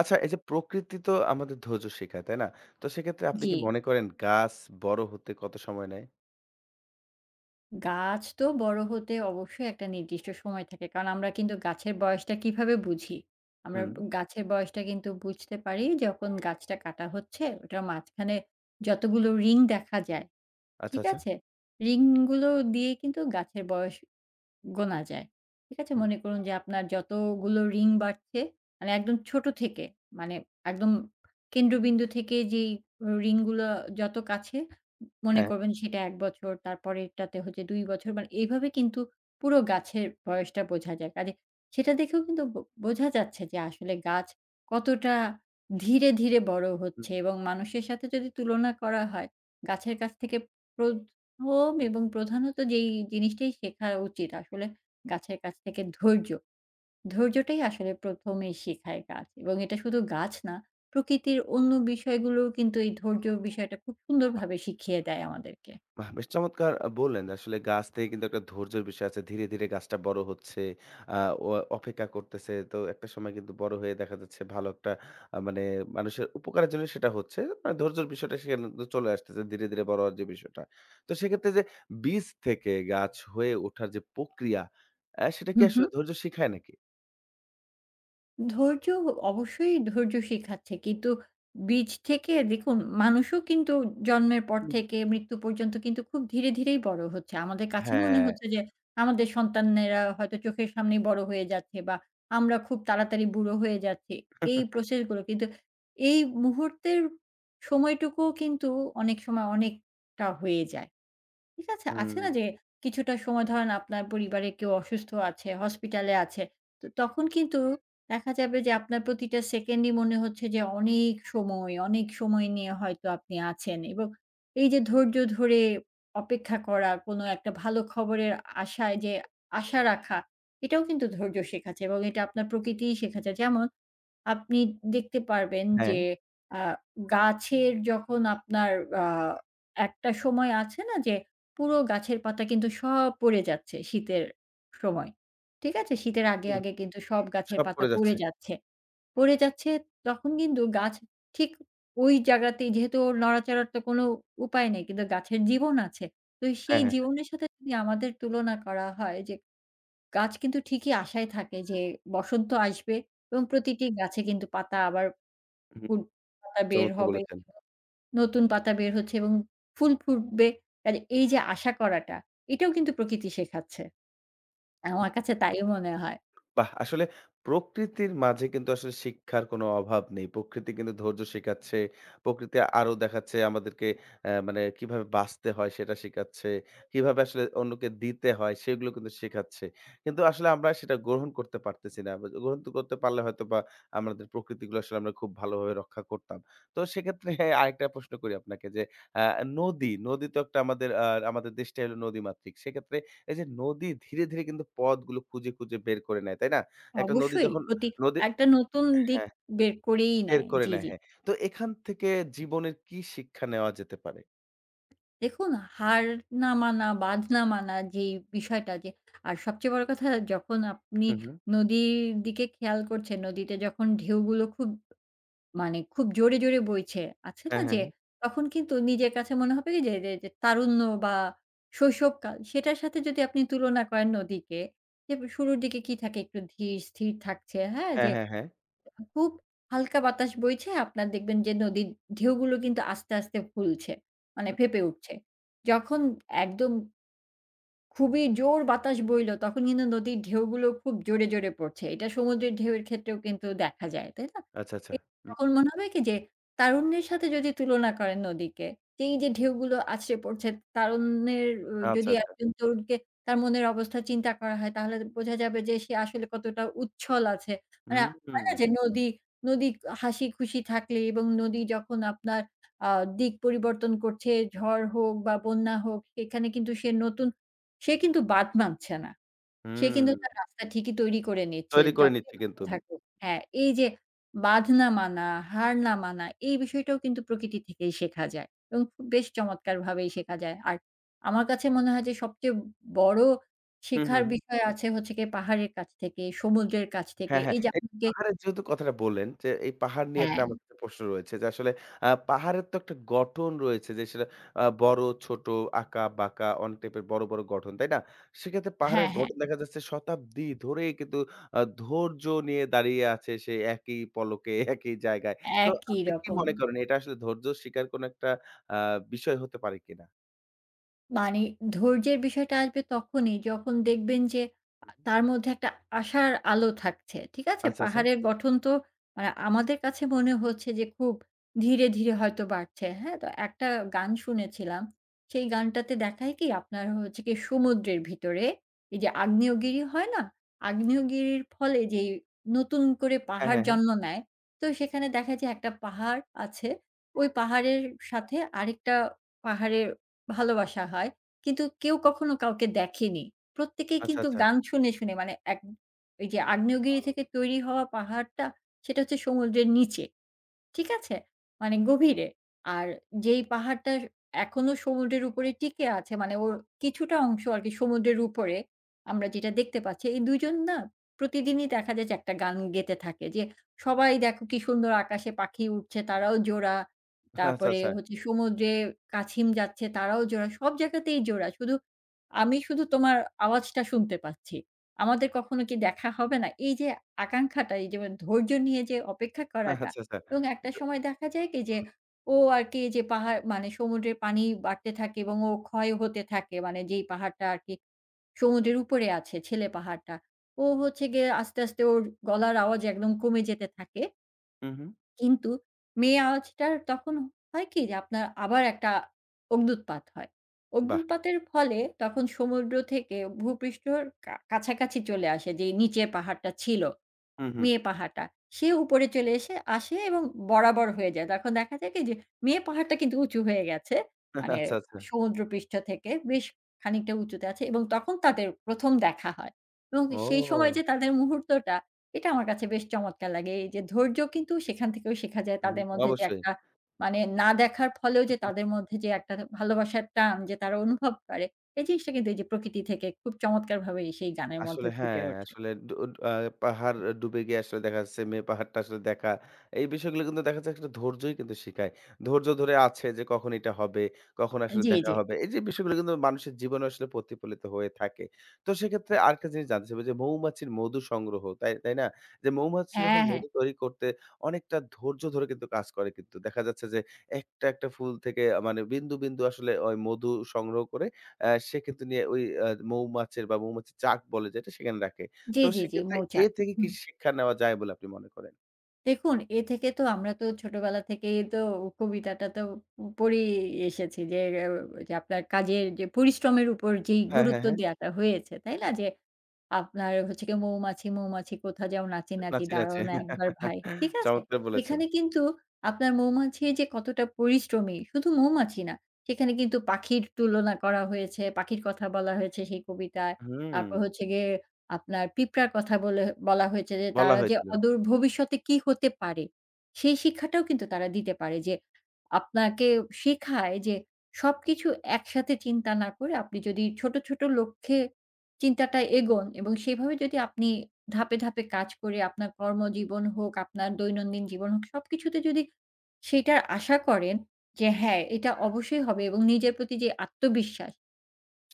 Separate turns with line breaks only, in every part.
আচ্ছা এই যে প্রকৃতি তো আমাদের ধৈর্য শেখায়, তাই না? তো সেক্ষেত্রে আপনি
জি,
কি মনে করেন গাছ বড় হতে কত সময় নেয়?
গাছ তো বড় হতে অবশ্যই একটা নির্দিষ্ট সময় থাকে। কারণ আমরা কিন্তু গাছের বয়সটা কিভাবে বুঝি? আমরা
হুম,
গাছের বয়সটা কিন্তু বুঝতে পারি যখন গাছটা কাটা হচ্ছে, ওটার মাঝখানে যতগুলো রিং দেখা যায়,
আচ্ছা,
ঠিক
আচ্ছা।
আছে? রিংগুলো দিয়ে কিন্তু গাছের বয়স গোনা যায়। ঠিক আছে?
হুম,
মনে করুন যে আপনার যতগুলো রিং বাড়ছে, মানে একদম ছোট থেকে, মানে একদম কেন্দ্রবিন্দু থেকে যেই রিংগুলো যত কাছে, মনে
হ্যাঁ,
করবেন সেটা ১ বছর, তারপরেরটাতে হচ্ছে ২ বছর। মানে এইভাবে কিন্তু পুরো গাছের বয়সটা বোঝা যায়। কাজে সেটা দেখেও কিন্তু বোঝা যাচ্ছে যে আসলে গাছ কতটা ধীরে, ধীরে বড়
হুম,
হচ্ছে এবং মানুষের সাথে যদি তুলনা করা হয়, গাছের কাছ থেকে প্র হোম এবং প্রধানত যেই জিনিসটাই শেখা উচিত আসলে গাছের কাছ থেকে ধৈর্য। ধৈর্যটাই আসলে ১ম এই শেখায় গাছ এবং এটা শুধু গাছ না, প্রকৃতির অন্য বিষয়গুলোও কিন্তু এই ধৈর্য বিষয়টা খুব
বাহ!
সুন্দরভাবে শিখিয়ে দেয় আমাদেরকে।
বাহ! বেশ চমৎকার বললেন যে আসলে গাছ থেকে কিন্তু একটা ধৈর্যের বিষয় আছে। ধীরে, ধীরে গাছটা বড় হচ্ছে। আ ও অপেক্ষা করতেছে। তো একটা সময় কিন্তু বড় হয়ে দেখা যাচ্ছে ভালো একটা মানে মানুষের উপকারের জন্য সেটা হচ্ছে। মানে ধৈর্যের বিষয়টা সেখানে কিন্তু চলে আসতেছে ধীরে, ধীরে বড় হওয়ার যে বিষয়টা। তো সেক্ষেত্রে যে বীজ থেকে গাছ হয়ে ওঠার যে প্রক্রিয়া, সেটা
হু,
কি
হু।
আসলে ধৈর্য শিখায় নাকি?
ধৈর্য অবশ্যই ধৈর্য শিখাচ্ছে। কিন্তু বীজ থেকে দেখুন মানুষও কিন্তু জন্মের পর
হুম,
থেকে মৃত্যু পর্যন্ত কিন্তু খুব ধীরে, ধীরেই বড় হচ্ছে। আমাদের কাছে মনে
হ্যাঁ।
হচ্ছে যে আমাদের সন্তানেরা হয়তো চোখের সামনেই বড় হয়ে যাচ্ছে বা আমরা খুব তাড়াতাড়ি বুড়ো হয়ে যাচ্ছি। এই প্রসেস গুলো কিন্তু এই মুহূর্তের সময়টুকুও কিন্তু অনেক সময় অনেকটা হয়ে যায়। ঠিক আছে? আছে
হুম,
না যে কিছুটা সময় ধরেন আপনার পরিবারে কেউ অসুস্থ আছে, হসপিটালে আছে। তো তখন কিন্তু দেখা যাবে যে আপনার প্রতিটা সেকেন্ডই মনে হচ্ছে যে অনেক সময়, অনেক সময় নিয়ে হয়তো আপনি আছেন এবং এই যে ধৈর্য ধরে অপেক্ষা করা, কোনো একটা ভালো খবরের আশায় যে আশা রাখা, এটাও কিন্তু ধৈর্য শেখাচ্ছে এবং এটা আপনার প্রকৃতিই শেখাচ্ছে। যেমন আপনি দেখতে পারবেন
হ্যাঁ।
যে আ গাছের যখন আপনার আ একটা সময় আছে না যে পুরো গাছের পাতা কিন্তু সব পড়ে যাচ্ছে শীতের সময়। ঠিক আছে? শীতের আগে,
হুম,
আগে কিন্তু সব গাছের
সব
পাতা
পড়ে
পড়ে
যাচ্ছে।
যাচ্ছে। পড়ে যাচ্ছে তখন কিন্তু গাছ ঠিক ওই জায়গাতেই যেহেতু ওর নড়াচড়ার তো কোনো উপায় নেই কিন্তু গাছের জীবন আছে। তো
হ্যাঁ,
সেই
হ্যাঁ।
জীবনের সাথে যদি আমাদের তুলনা করা হয় যে গাছ কিন্তু ঠিকই আশায় থাকে যে বসন্ত আসবে এবং প্রতিটি গাছে কিন্তু পাতা আবার
হুম,
ফুট পাতা বের
চমৎকার
হবে,
বলেছেন।
নতুন পাতা বের হচ্ছে এবং ফুল ফুটবে। কাজে এই যে আশা করাটা, এটাও কিন্তু প্রকৃতি শেখাচ্ছে। আমার কাছে তাই মনে হয়।
বাহ! আসলে প্রকৃতির মাঝে কিন্তু আসলে শিক্ষার কোনো অভাব নেই। প্রকৃতি কিন্তু ধৈর্য শিখাচ্ছে। প্রকৃতি আরো দেখাচ্ছে আমাদেরকে মানে কিভাবে বাঁচতে হয় সেটা শিখাচ্ছে। কিভাবে আসলে অন্যকে দিতে হয় সেগুলো কিন্তু শেখাচ্ছে। কিন্তু আসলে আমরা সেটা গ্রহণ করতে পারতেছি না। বাজ গ্রহণ তো করতে পারলে হয়তোবা আমাদের প্রকৃতিগুলো আসলে আমরা খুব ভালোভাবে রক্ষা করতাম। তো সেক্ষেত্রে আরেকটা প্রশ্ন করি আপনাকে যে, অ্যা নদী, নদী তো একটা আমাদের দেশটাই হলো নদীমাতৃক। সেক্ষেত্রে এই যে নদী ধীরে, ধীরে কিন্তু পথগুলো খুঁজে, খুঁজে বের করে নেয়, তাই না? একটা নদী
অবশ্যই
যখন,
প্রতি
নদী,
একটা নতুন দিক
হ্যাঁ,
বের করেই
বের
নেয়।
করে
জি,
নেয়,
জি।
হ্যাঁ। তো এখান থেকে জীবনের কি শিক্ষা নেওয়া যেতে পারে?
দেখুন হার না মানা, বাঁধ না মানা যেই বিষয়টা যে আর সবচেয়ে বড় কথা যখন আপনি
হুম, হুম।
নদীর দিকে খেয়াল করছেন, নদীতে যখন ঢেউগুলো খুব মানে খুব জোরে, জোরে বইছে। আছে না
হ্যাঁ, হ্যাঁ,
যে
হ্যাঁ।
তখন কিন্তু নিজের কাছে মনে হবে কি যে যে যে তারুণ্য বা শৈশবকাল সেটার সাথে যদি আপনি তুলনা করেন নদীকে, যে শুরুর দিকে কি থাকে একটু ধীর স্থির থাকছে, হ্যাঁ?
হ্যাঁ,
যে
হ্যাঁ, হ্যাঁ।
খুব হালকা বাতাস বইছে আপনার দেখবেন যে নদীর ঢেউগুলো কিন্তু আস্তে, আস্তে ফুলছে। মানে
হুম।
ফেঁপে উঠছে। যখন একদম খুবই জোর বাতাস বইলো, তখন কিন্তু নদীর ঢেউগুলো খুব জোরে, জোরে পড়ছে। এটা সমুদ্রের ঢেউয়ের ক্ষেত্রেও কিন্তু দেখা যায়, তাই না?
আচ্ছা, আচ্ছা।
এ
হুম।
তখন মনে হবে কি যে তারুণ্যের সাথে যদি তুলনা করেন নদীকে, যে এই যে ঢেউগুলো আছড়ে পড়ছে, তারুণ্যের
আচ্ছা,
যদি
আচ্ছা।
একজন তরুণকে তার মনের অবস্থা চিন্তা করা হয়, তাহলে বোঝা যাবে যে সে আসলে কতটা উচ্ছল আছে। মানে
হুম,
হয়
হুম।
না যে নদী হাসিখুশি থাকলে এবং নদী যখন আপনার আ দিক পরিবর্তন করছে, ঝড় হোক বা বন্যা হোক, সেখানে কিন্তু সে নতুন সে কিন্তু বাদ মানছে না। সে
হুম,
কিন্তু তার রাস্তা ঠিকই তৈরি করে নিচ্ছে।
তৈরি করে
যতই
নিচ্ছে
বাধা
কিন্তু।
থাকুক হ্যাঁ, এই যে বাঁধ না মানা, হার না মানা এই বিষয়টাও কিন্তু প্রকৃতি থেকেই শেখা যায় এবং খুব বেশ চমৎকারভাবেই শেখা যায়। আর আমার কাছে মনে হয় যে সবচেয়ে বড়
হুম,
শেখার
হুম, হুম।
বিষয় আছে হচ্ছে গিয়ে পাহাড়ের কাছ থেকে, সমুদ্রের কাছ থেকে।
হ্যাঁ, হ্যাঁ।
এই যে
এই
আপনাকে
পাহাড়ের যেহেতু কথাটা বললেন যে, এই পাহাড় নিয়ে
হ্যাঁ,
একটা আমার কাছে প্রশ্ন রয়েছে যে, আসলে পাহাড়ের তো একটা গঠন রয়েছে যে, সেটা বড়, ছোট, আঁকা-বাঁকা অনেক টাইপের বড়, বড় গঠন, তাই না? সেক্ষেত্রে
হ্যাঁ,
পাহাড়ের
হ্যাঁ,
গঠন দেখা যাচ্ছে শতাব্দী ধরেই কিন্তু ধৈর্য নিয়ে দাঁড়িয়ে আছে সে একই পলকে, একই জায়গায়। তো
একই
আপনি কি
রকম।
মনে করেন এটা আসলে ধৈর্য শিকার কোনো একটা আ বিষয় হতে পারে কিনা?
মানে ধৈর্যের বিষয়টা আসবে তখনই যখন দেখবেন যে
হুম, হুম।
তার মধ্যে একটা আশার আলো থাকছে। ঠিক আছে?
আচ্ছা, আচ্ছা।
পাহাড়ের গঠন তো মানে আমাদের কাছে মনে হচ্ছে যে খুব ধীরে, ধীরে হয়তো বাড়ছে। হ্যাঁ? তো একটা গান শুনেছিলাম। সেই গানটাতে দেখায় কি আপনার হচ্ছে গিয়ে সমুদ্রের ভিতরে এই যে আগ্নেয়গিরি হয় না? আগ্নেয়গিরির ফলে যেই নতুন করে
হ্যাঁ,
পাহাড়
হ্যাঁ, হ্যাঁ।
জন্ম নেয়, তো সেখানে দেখা যায় একটা পাহাড় আছে। ওই পাহাড়ের সাথে আরেকটা পাহাড়ের ভালোবাসা হয়। কিন্তু কেউ কখনো কাউকে দেখেনি। প্রত্যেকেই
আচ্ছা,
কিন্তু
আচ্ছা।
গান শুনে, শুনে মানে এক ওই যে 'আগ্নেয়গিরি' থেকে তৈরি হওয়া পাহাড়টা সেটা হচ্ছে সমুদ্রের নিচে। ঠিক আছে? মানে গভীরে। আর যেই পাহাড়টা এখনো সমুদ্রের উপরে টিকে আছে, মানে ওর কিছুটা অংশ আরকি সমুদ্রের উপরে আমরা যেটা দেখতে পাচ্ছি, এই ২ জন না প্রতিদিনই দেখা যায় যে একটা গান গেতে থাকে যে, সবাই দেখো কি সুন্দর আকাশে পাখি উঠছে, তারাও জোড়া।
আচ্ছা,
তারপরে
আচ্ছা।
হচ্ছে সমুদ্রে কাছিম যাচ্ছে, তারাও জোড়া। সব জায়গাতেই জোড়া। শুধু আমি শুধু তোমার আওয়াজটা শুনতে পাচ্ছি। আমাদের কখনো কি দেখা হবে না? এই যে আকাঙ্ক্ষাটা, এই যেমন ধৈর্য নিয়ে যে অপেক্ষা করাটা
আচ্ছা, আচ্ছা।
এবং একটা
তো
সময় দেখা যায় কি যে, ও আরকি যে পাহাড় মানে সমুদ্রের পানি বাড়তে থাকে এবং ও ক্ষয় হতে থাকে। মানে যেই পাহাড়টা আরকি সমুদ্রের উপরে আছে, ছেলে পাহাড়টা। ও হচ্ছে গিয়ে আস্তে, আস্তে ওর গলার আওয়াজ একদম কমে যেতে থাকে।
হুম, হুম।
কিন্তু মেয়ে আওয়াজটার তখন হয় কি যে আপনার আবার একটা অগ্ন্যুৎপাত হয়।
বাহ!
অগ্ন্যুৎপাতের ফলে তখন সমুদ্র থেকে ভূপৃষ্ঠর কাছাকাছি চলে আসে যেই নিচে পাহাড়টা ছিল।
হুম, হুম।
মেয়ে পাহাড়টা। সে উপরে চলে এসে আসে এবং বরাবর হয়ে যায়। তখন দেখা যায় কি যে, মেয়ে পাহাড়টা কিন্তু উঁচু হয়ে গেছে। মানে
আচ্ছা, আচ্ছা।
সমুদ্রপৃষ্ঠ থেকে বেশ খানিকটা উঁচুতে আছে এবং তখন তাদের ১ম দেখা হয়। এবং সেই সময়
ও!
যে তাদের মুহূর্তটা, এটা আমার কাছে বেশ চমৎকার লাগে। এই যে ধৈর্য কিন্তু সেখান থেকেও শেখা যায়।
হুম,
তাদের মধ্যে যে
অবশ্যই।
একটা মানে না দেখার ফলেও যে তাদের মধ্যে যে একটা ভালোবাসার টান যে তারা অনুভব করে, এই জিনিসটা কিন্তু এই যে প্রকৃতি থেকে খুব চমৎকারভাবে সেই গানের মধ্যে
আসলে হ্যাঁ,
ফুটে ওঠে।
আসলে ডু আ পাহাড় ডুবে গিয়ে আসলে দেখা যাচ্ছে মেয়ে পাহাড়টা আসলে দেখা। এই বিষয়গুলো কিন্তু দেখা যাচ্ছে একটা ধৈর্যই কিন্তু শিখায়। ধৈর্য ধরে আছে যে কখন এটা হবে, কখন আসলে
জি,
দেখা
জি।
হবে। এই যে বিষয়গুলো কিন্তু মানুষের জীবনে আসলে প্রতিফলিত হয়ে থাকে। তো সেক্ষেত্রে আরেকটা জিনিস জানতে চাইবো যে মৌমাছির মধু সংগ্রহ, তাই না? যে মৌমাছি যখন
হ্যাঁ, হ্যাঁ।
মধু তৈরি করতে অনেকটা ধৈর্য ধরে কিন্তু কাজ করে কিন্তু। দেখা যাচ্ছে যে একটা, একটা ফুল থেকে মানে বিন্দু, বিন্দু আসলে ওই মধু সংগ্রহ করে সে কিন্তু নিয়ে ওই মৌমাছির বা মৌমাছির চাক বলে যেটা সেখানে রাখে।
জি,
তো
জি, জি,
সেক্ষেত্রে এ
মৌচাক।
থেকে কি
হুম।
শিক্ষা নেওয়া যায় বলে আপনি মনে করেন?
দেখুন এ থেকে তো আমরা তো ছোটবেলা থেকেই তো কবিতাটা তো পড়েই এসেছি যে, যে আপনার কাজের যে পরিশ্রমের উপর যেই
হ্যাঁ, হ্যাঁ,
গুরুত্ব
হ্যাঁ।
দেয়াটা হয়েছে, তাই না? যে আপনার হচ্ছে গিয়ে মৌমাছি, মৌমাছি কোথা যাও নাচি, নাচি
নাচে,
দাঁড়াও
নাচে।
না একবার ভাই। ঠিক আছে?
চমৎকার বলেছেন।
এখানে কিন্তু আপনার মৌমাছি যে কতটা পরিশ্রমী, শুধু মৌমাছি না। সেখানে কিন্তু পাখির তুলনা করা হয়েছে, পাখির কথা বলা হয়েছে সেই কবিতায়।
হুম,
তারপর হচ্ছে গিয়ে আপনার পিঁপড়ার কথা বলে বলা হয়েছে যে
বলা
তারা যে
হয়েছিল
অদূর ভবিষ্যতে কি হতে পারে, সেই শিক্ষাটাও কিন্তু তারা দিতে পারে যে আপনাকে শেখায় যে সবকিছু একসাথে চিন্তা না করে আপনি যদি ছোট, ছোট লক্ষ্যে চিন্তাটা এগোন এবং সেভাবে যদি আপনি ধাপে, ধাপে কাজ করে আপনার কর্মজীবন হোক, আপনার দৈনন্দিন জীবন হোক, সবকিছুতে যদি সেটার আশা করেন যে হ্যাঁ, এটা অবশ্যই হবে এবং নিজের প্রতি যে আত্মবিশ্বাস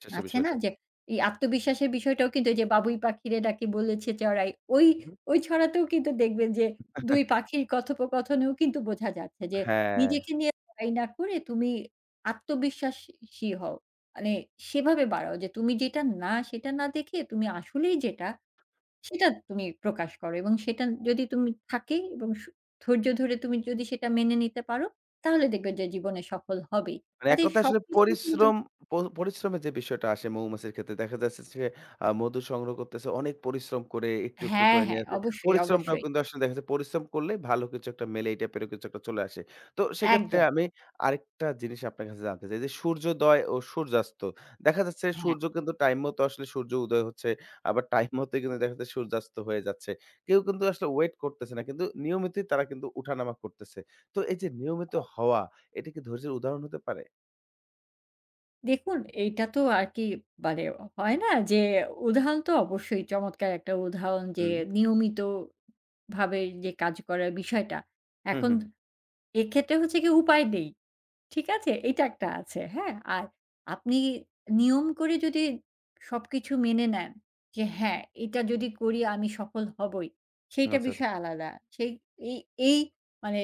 শেষে
আছে না
বিষয়টা।
যে এই আত্মবিশ্বাসের বিষয়টাও কিন্তু এই যে বাবুই পাখিরে ডাকে বলেছে চড়াই ওই
হু,
ওই ছড়াতেও কিন্তু দেখবেন যে ২ পাখির কথোপকথনেও কিন্তু বোঝা যাচ্ছে যে
হ্যাঁ।
নিজেকে নিয়ে লড়াই না করে তুমি আত্মবিশ্বাসী হও। মানে সেভাবে বাড়াও যে তুমি যেটা না সেটা না দেখে তুমি আসলেই যেটা সেটা তুমি প্রকাশ করো এবং সেটা যদি তুমি থাকে এবং ধৈর্য ধরে তুমি যদি সেটা মেনে নিতে পারো তাহলে দেখবেন যে জীবনে সফল হবেই।
মানে এক
কাজেই
কথায় আসলে
সবকিছুই কিন্তু
পরিশ্রম প পরিশ্রমের যে বিষয়টা আসে মৌমাছির ক্ষেত্রে দেখা যাচ্ছে যে মধু সংগ্রহ করতেছে অনেক পরিশ্রম করে একটু, একটু
হ্যাঁ,
করে নিয়ে
হ্যাঁ।
আসে।
অবশ্যই,
পরিশ্রমটাও
অবশ্যই।
কিন্তু আসলে দেখা যায় পরিশ্রম করলে ভালো কিছু একটা মেলে এই টাইপেরও কিছু একটা চলে আসে। তো সেক্ষেত্রে
একদম।
আমি আরেকটা জিনিস আপনার কাছে জানতে চাই যে সূর্যোদয় ও সূর্যাস্ত। দেখা যাচ্ছে
হ্যাঁ।
সূর্য কিন্তু টাইম মতো আসলে সূর্য উদয় হচ্ছে। আবার টাইম মতোই কিন্তু দেখা যাচ্ছে সূর্যাস্ত হয়ে যাচ্ছে। কেউ কিন্তু আসলে ওয়েট করতেছে না। কিন্তু নিয়মিতই তারা কিন্তু উঠানামা করতেছে। তো এই যে নিয়মিত হওয়া এটা কি ধৈর্যের উদাহরণ হতে পারে?
দেখুন এইটা তো আর কি মানে হয় না যে উদাহরণ তো অবশ্যই চমৎকার একটা উদাহরণ যে
হুম।
নিয়মিতভাবে যে কাজ করার বিষয়টা।
হুম,
এখন
হুম, হুম।
এক্ষেত্রে হচ্ছে গিয়ে উপায় নেই। ঠিক আছে? এইটা একটা আছে, হ্যাঁ? আর আপনি নিয়ম করে যদি সবকিছু মেনে নেন যে, হ্যাঁ, এটা যদি করি আমি সফল হবই, সেইটা
আচ্ছা, আচ্ছা।
বিষয় আলাদা। সেই এই এই মানে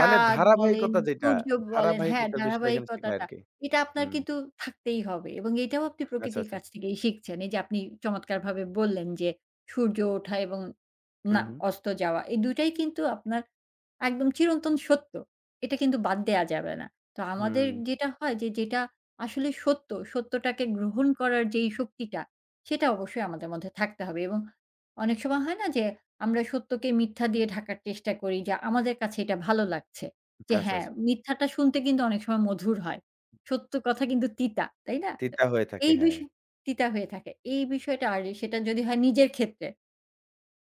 মানে
বলেন,
ধারাবাহিকতা যেটা,
সূর্য বলেন হ্যাঁ,
ধারাবাহিকতার বিষয়টা এখানে শেখায়
ধারাবাহিকতাটা,
আরকি।
এটা আপনার
হুম।
কিন্তু থাকতেই হবে এবং এটাও আপনি
আচ্ছা,
প্রকৃতির
আচ্ছা।
কাছ থেকেই শিখছেন। এই যে আপনি চমৎকারভাবে বললেন যে, সূর্য ওঠা এবং না
হুম, হুম।
অস্ত যাওয়া, এই ২ টাই কিন্তু আপনার একদম চিরন্তন সত্য। এটা কিন্তু বাদ দেয়া যাবে না। তো আমাদের
হুম।
যেটা হয় যে যেটা আসলে সত্যটাকে গ্রহণ করার যেই শক্তিটা, সেটা অবশ্যই আমাদের মধ্যে থাকতে হবে এবং অনেক সময় হয় না যে আমরা সত্যকে মিথ্যা দিয়ে ঢাকার চেষ্টা করি যে আমাদের কাছে এটা ভালো লাগছে। যে
আচ্ছা,
হ্যাঁ,
আচ্ছা।
মিথ্যাটা শুনতে কিন্তু অনেক সময় মধুর হয়। সত্য কথা কিন্তু তিতা, তাই না? তো
তিতা হয়ে থাকে,
এই
হ্যাঁ।
বিষয় তিতা হয়ে থাকে। এই বিষয়টা আর সেটা যদি হয় নিজের ক্ষেত্রে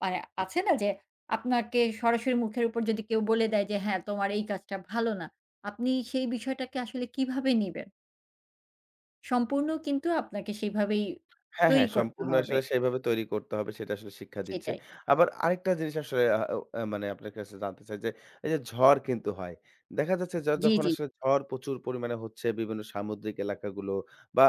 মানে আছে না যে আপনাকে সরাসরি মুখের উপর যদি কেউ বলে দেয় যে, "হ্যাঁ, তোমার এই কাজটা ভালো না।" আপনি সেই বিষয়টাকে আসলে কিভাবে নিবেন? সম্পূর্ণ কিন্তু আপনাকে সেভাবেই
হ্যাঁ,
তৈরি
হ্যাঁ,
করতে
সম্পূর্ণ
হবে।
আসলে সেভাবে তৈরি করতে হবে সেটা আসলে শিক্ষা দিচ্ছে।
সেটাই।
আবার আরেকটা জিনিস আসলে আ ও আ মানে আপনার কাছে জানতে চাই যে, এই যে ঝড় কিন্তু হয়। দেখা যাচ্ছে
জি,
যখন
জি।
আসলে ঝড় প্রচুর পরিমাণে হচ্ছে বিভিন্ন সামুদ্রিক এলাকাগুলো বা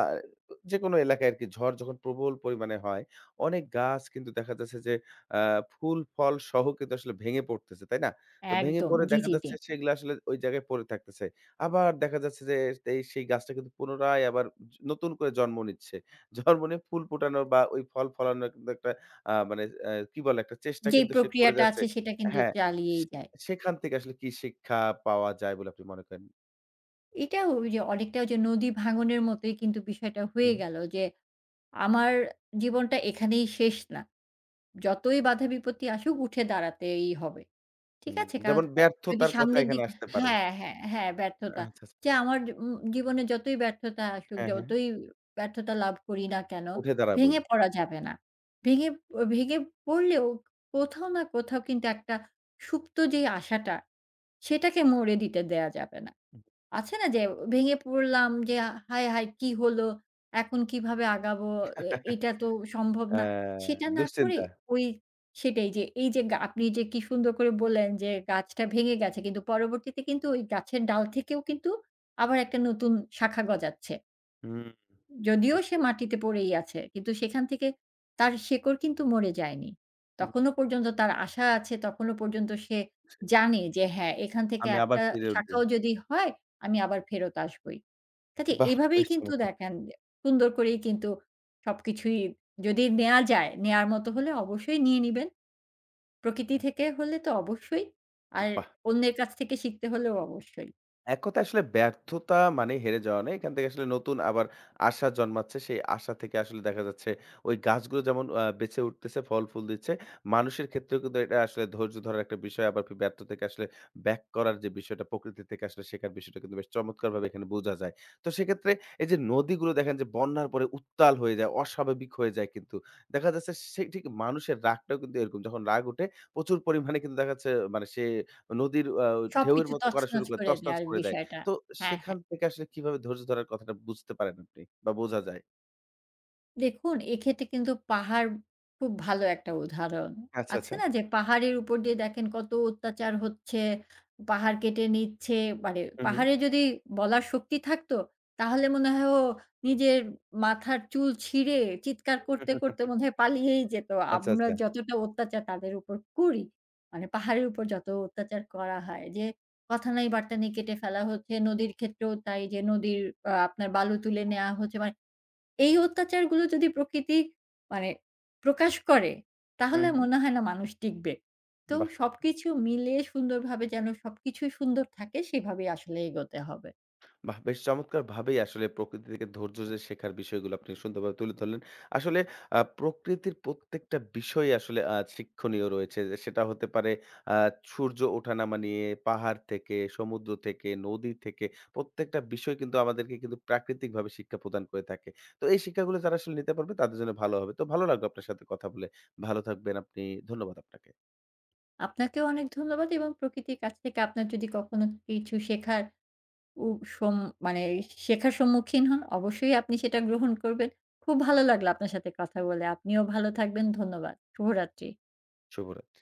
যেকোনো এলাকায় আরকি ঝড় যখন প্রবল পরিমাণে হয়, অনেক গাছ কিন্তু দেখা যাচ্ছে যে আ ফুল, ফল সহ কিন্তু আসলে ভেঙে পড়তেছে, তাই না? তো ভেঙে
একদম।
পড়ে
জি,
দেখা
জি, জি।
যাচ্ছে সেগুলো আসলে ওই জায়গায় পড়ে থাকতেছে। আবার দেখা যাচ্ছে যে এই সেই গাছটা কিন্তু পুনরায় আবার নতুন করে জন্ম নিচ্ছে। জন্ম নিয়ে ফুল ফোটানোর বা ওই ফল ফলানোর কিন্তু একটা মানে কি বলে? একটা চেষ্টা
যেই
কিন্তু সে করে
প্রক্রিয়াটা
যাচ্ছে
আছে সেটা কিন্তু
হ্যাঁ,
চালিয়েই
সে
যায়।
সেখান থেকে আসলে কি শিক্ষা পাওয়া যায় বলে আপনি মনে করেন?
এটাও যে অনেকটা ওই যে নদী ভাঙনের মতোই কিন্তু বিষয়টা হয়ে
হুম,
গেল যে, আমার জীবনটা এখানেই শেষ না। যতই বাধা বিপত্তি আসুক উঠে দাঁড়াতেই হবে। ঠিক
হুম,
আছে? কাল
যেমন
যদি
ব্যর্থতার কথা
সামনের
এখানে
দিকে
আসতে পারে।
হ্যাঁ, হ্যাঁ, হ্যাঁ, ব্যর্থতা।
আচ্ছা, আচ্ছা।
যে আমার জ- উম জীবনে যতই ব্যর্থতা আসুক,
হ্যাঁ, হ্যাঁ।
যতই ব্যর্থতা লাভ করি না কেন,
উঠে দাঁড়াবোই।
ভেঙে পড়া যাবে না। ভেঙে ভেঙে পড়লেও কোথাও না কোথাও কিন্তু একটা সুপ্ত যে আশাটা, সেটাকে মরে দিতে দেয়া যাবে না। আছে না যে ভেঙে পড়লাম যে হায়, হায় কি হলো? এখন কিভাবে আগাবো?
অ্যা
এটা তো সম্ভব না। সেটা না করে
দুশ্চিন্তা।
ওই সেটাই যে এই যে আপনি যে কি সুন্দর করে বললেন যে গাছটা ভেঙে গেছে কিন্তু পরবর্তীতে কিন্তু ওই গাছের ডাল থেকেও কিন্তু আবার একটা নতুন শাখা গজাচ্ছে।
হুম,
যদিও
বুঝতে
সে
পেরেছি।
মাটিতে পড়েই আছে, কিন্তু সেখান থেকে তার শেকড় কিন্তু মরে যায়নি।
হুম,
তখনো পর্যন্ত তার আশা আছে, তখনো পর্যন্ত সে জানে যে হ্যাঁ, এখান থেকে
আমি আবার
একটা
ফিরে উঠবো।
শাখাও যদি হয়, আমি আবার ফেরত আসবই। কাজে
বাহ!
এভাবেই
বেশ
কিন্তু
চমৎকার!
দেখেন সুন্দর করেই কিন্তু সবকিছুই যদি নেয়া যায়, নেয়ার মতো হলে অবশ্যই নিয়ে নিবেন। প্রকৃতি
হুম,
থেকে হলে তো অবশ্যই, আর
বাহ!
অন্যের কাছ থেকে শিখতে হলেও অবশ্যই।
এক কথায় আসলে ব্যর্থতা মানে হেরে যাওয়া নয়। এখান থেকে আসলে নতুন আবার আশা জন্মাচ্ছে। সেই আশা থেকে আসলে দেখা যাচ্ছে ওই গাছগুলো যেমন বেঁচে উঠতেছে, ফল-ফুল দিচ্ছে। মানুষের ক্ষেত্রেও কিন্তু এটা আসলে ধৈর্য ধরার একটা বিষয়। আবার ব্যর্থ থেকে আসলে ব্যাক করার যে বিষয়টা, প্রকৃতি থেকে আসলে শেখার বিষয়টা কিন্তু বেশ চমৎকারভাবে এখানে বোঝা যায়। তো সেক্ষেত্রে এই যে নদীগুলো দেখেন যে বন্যার পরে উত্তাল হয়ে যায়, অস্বাভাবিক হয়ে যায় কিন্তু। দেখা যাচ্ছে সেই ঠিক মানুষের রাগটাও কিন্তু এরকম। যখন রাগ উঠে প্রচুর পরিমাণে কিন্তু দেখা যাচ্ছে মানে সে নদীর ঢেউয়ের
সবকিছু
মতো করা শুরু
তছনছ
করে
করে
তছনছ
দেয়ার
করে দেয়।
বিষয়টা।
তো
হ্যাঁ,
সেখান
হ্যাঁ।
থেকে আসলে কিভাবে ধৈর্য ধরার কথাটা বুঝতে পারেন আপনি বা বোঝা যায়?
দেখুন, এক্ষেত্রে কিন্তু পাহাড় খুব ভালো একটা উদাহরণ।
আচ্ছা,
আছে
আচ্ছা।
না যে পাহাড়ের উপর দিয়ে দেখেন কত অত্যাচার হচ্ছে, পাহাড় কেটে নিচ্ছে। মানে
হু, হু।
পাহাড়ে যদি বলার শক্তি থাকতো, তাহলে মনে হয় ও নিজের মাথার চুল ছিঁড়ে চিৎকার করতে, করতে মনে হয় পালিয়েই যেত।
আচ্ছা,
আমরা
আচ্ছা।
যতটা অত্যাচার তাদের উপর করি, মানে পাহাড়ের উপর যত অত্যাচার করা হয় যে কথা নাই বার্তা নেই কেটে ফেলা হচ্ছে। নদীর ক্ষেত্রেও তাই যে নদীর আপনার বালু তুলে নেয়া হচ্ছে। মানে এই অত্যাচারগুলো যদি প্রকৃতি মানে প্রকাশ করে,
হু,
তাহলে
হু।
মনে হয় না মানুষ টিকবে। তো
বাহ!
সবকিছু মিলিয়ে সুন্দরভাবে যেন সবকিছুই সুন্দর থাকে সেভাবেই আসলে এগোতে হবে।
বাহ! বেশ চমৎকারভাবেই আসলে প্রকৃতি থেকে ধৈর্য যে শেখার বিষয়গুলো আপনি সুন্দরভাবে তুলে ধরলেন। আসলে প্রকৃতির প্রত্যেকটা বিষয় আসলে শিক্ষণীয় রয়েছে। যে সেটা হতে পারে আ সূর্য ওঠানামা নিয়ে, পাহাড় থেকে, সমুদ্র থেকে, নদী থেকে প্রত্যেকটা বিষয় কিন্তু আমাদেরকে কিন্তু প্রাকৃতিকভাবে শিক্ষা প্রদান করে থাকে। তো এই শিক্ষাগুলো যারা আসলে নিতে পারবে তাদের জন্য ভালো হবে। তো ভালো লাগলো আপনার সাথে কথা বলে। ভালো থাকবেন আপনি। ধন্যবাদ আপনাকে।
আপনাকেও অনেক ধন্যবাদ এবং প্রকৃতির কাছ থেকে আপনার যদি কখনো কিছু শেখার উ সম মানে শেখার সম্মুখীন হন, অবশ্যই আপনি সেটা গ্রহণ করবেন। খুব ভালো লাগলো আপনার সাথে কথা বলে। আপনিও ভালো থাকবেন। ধন্যবাদ। শুভরাত্রি।
শুভরাত্রি।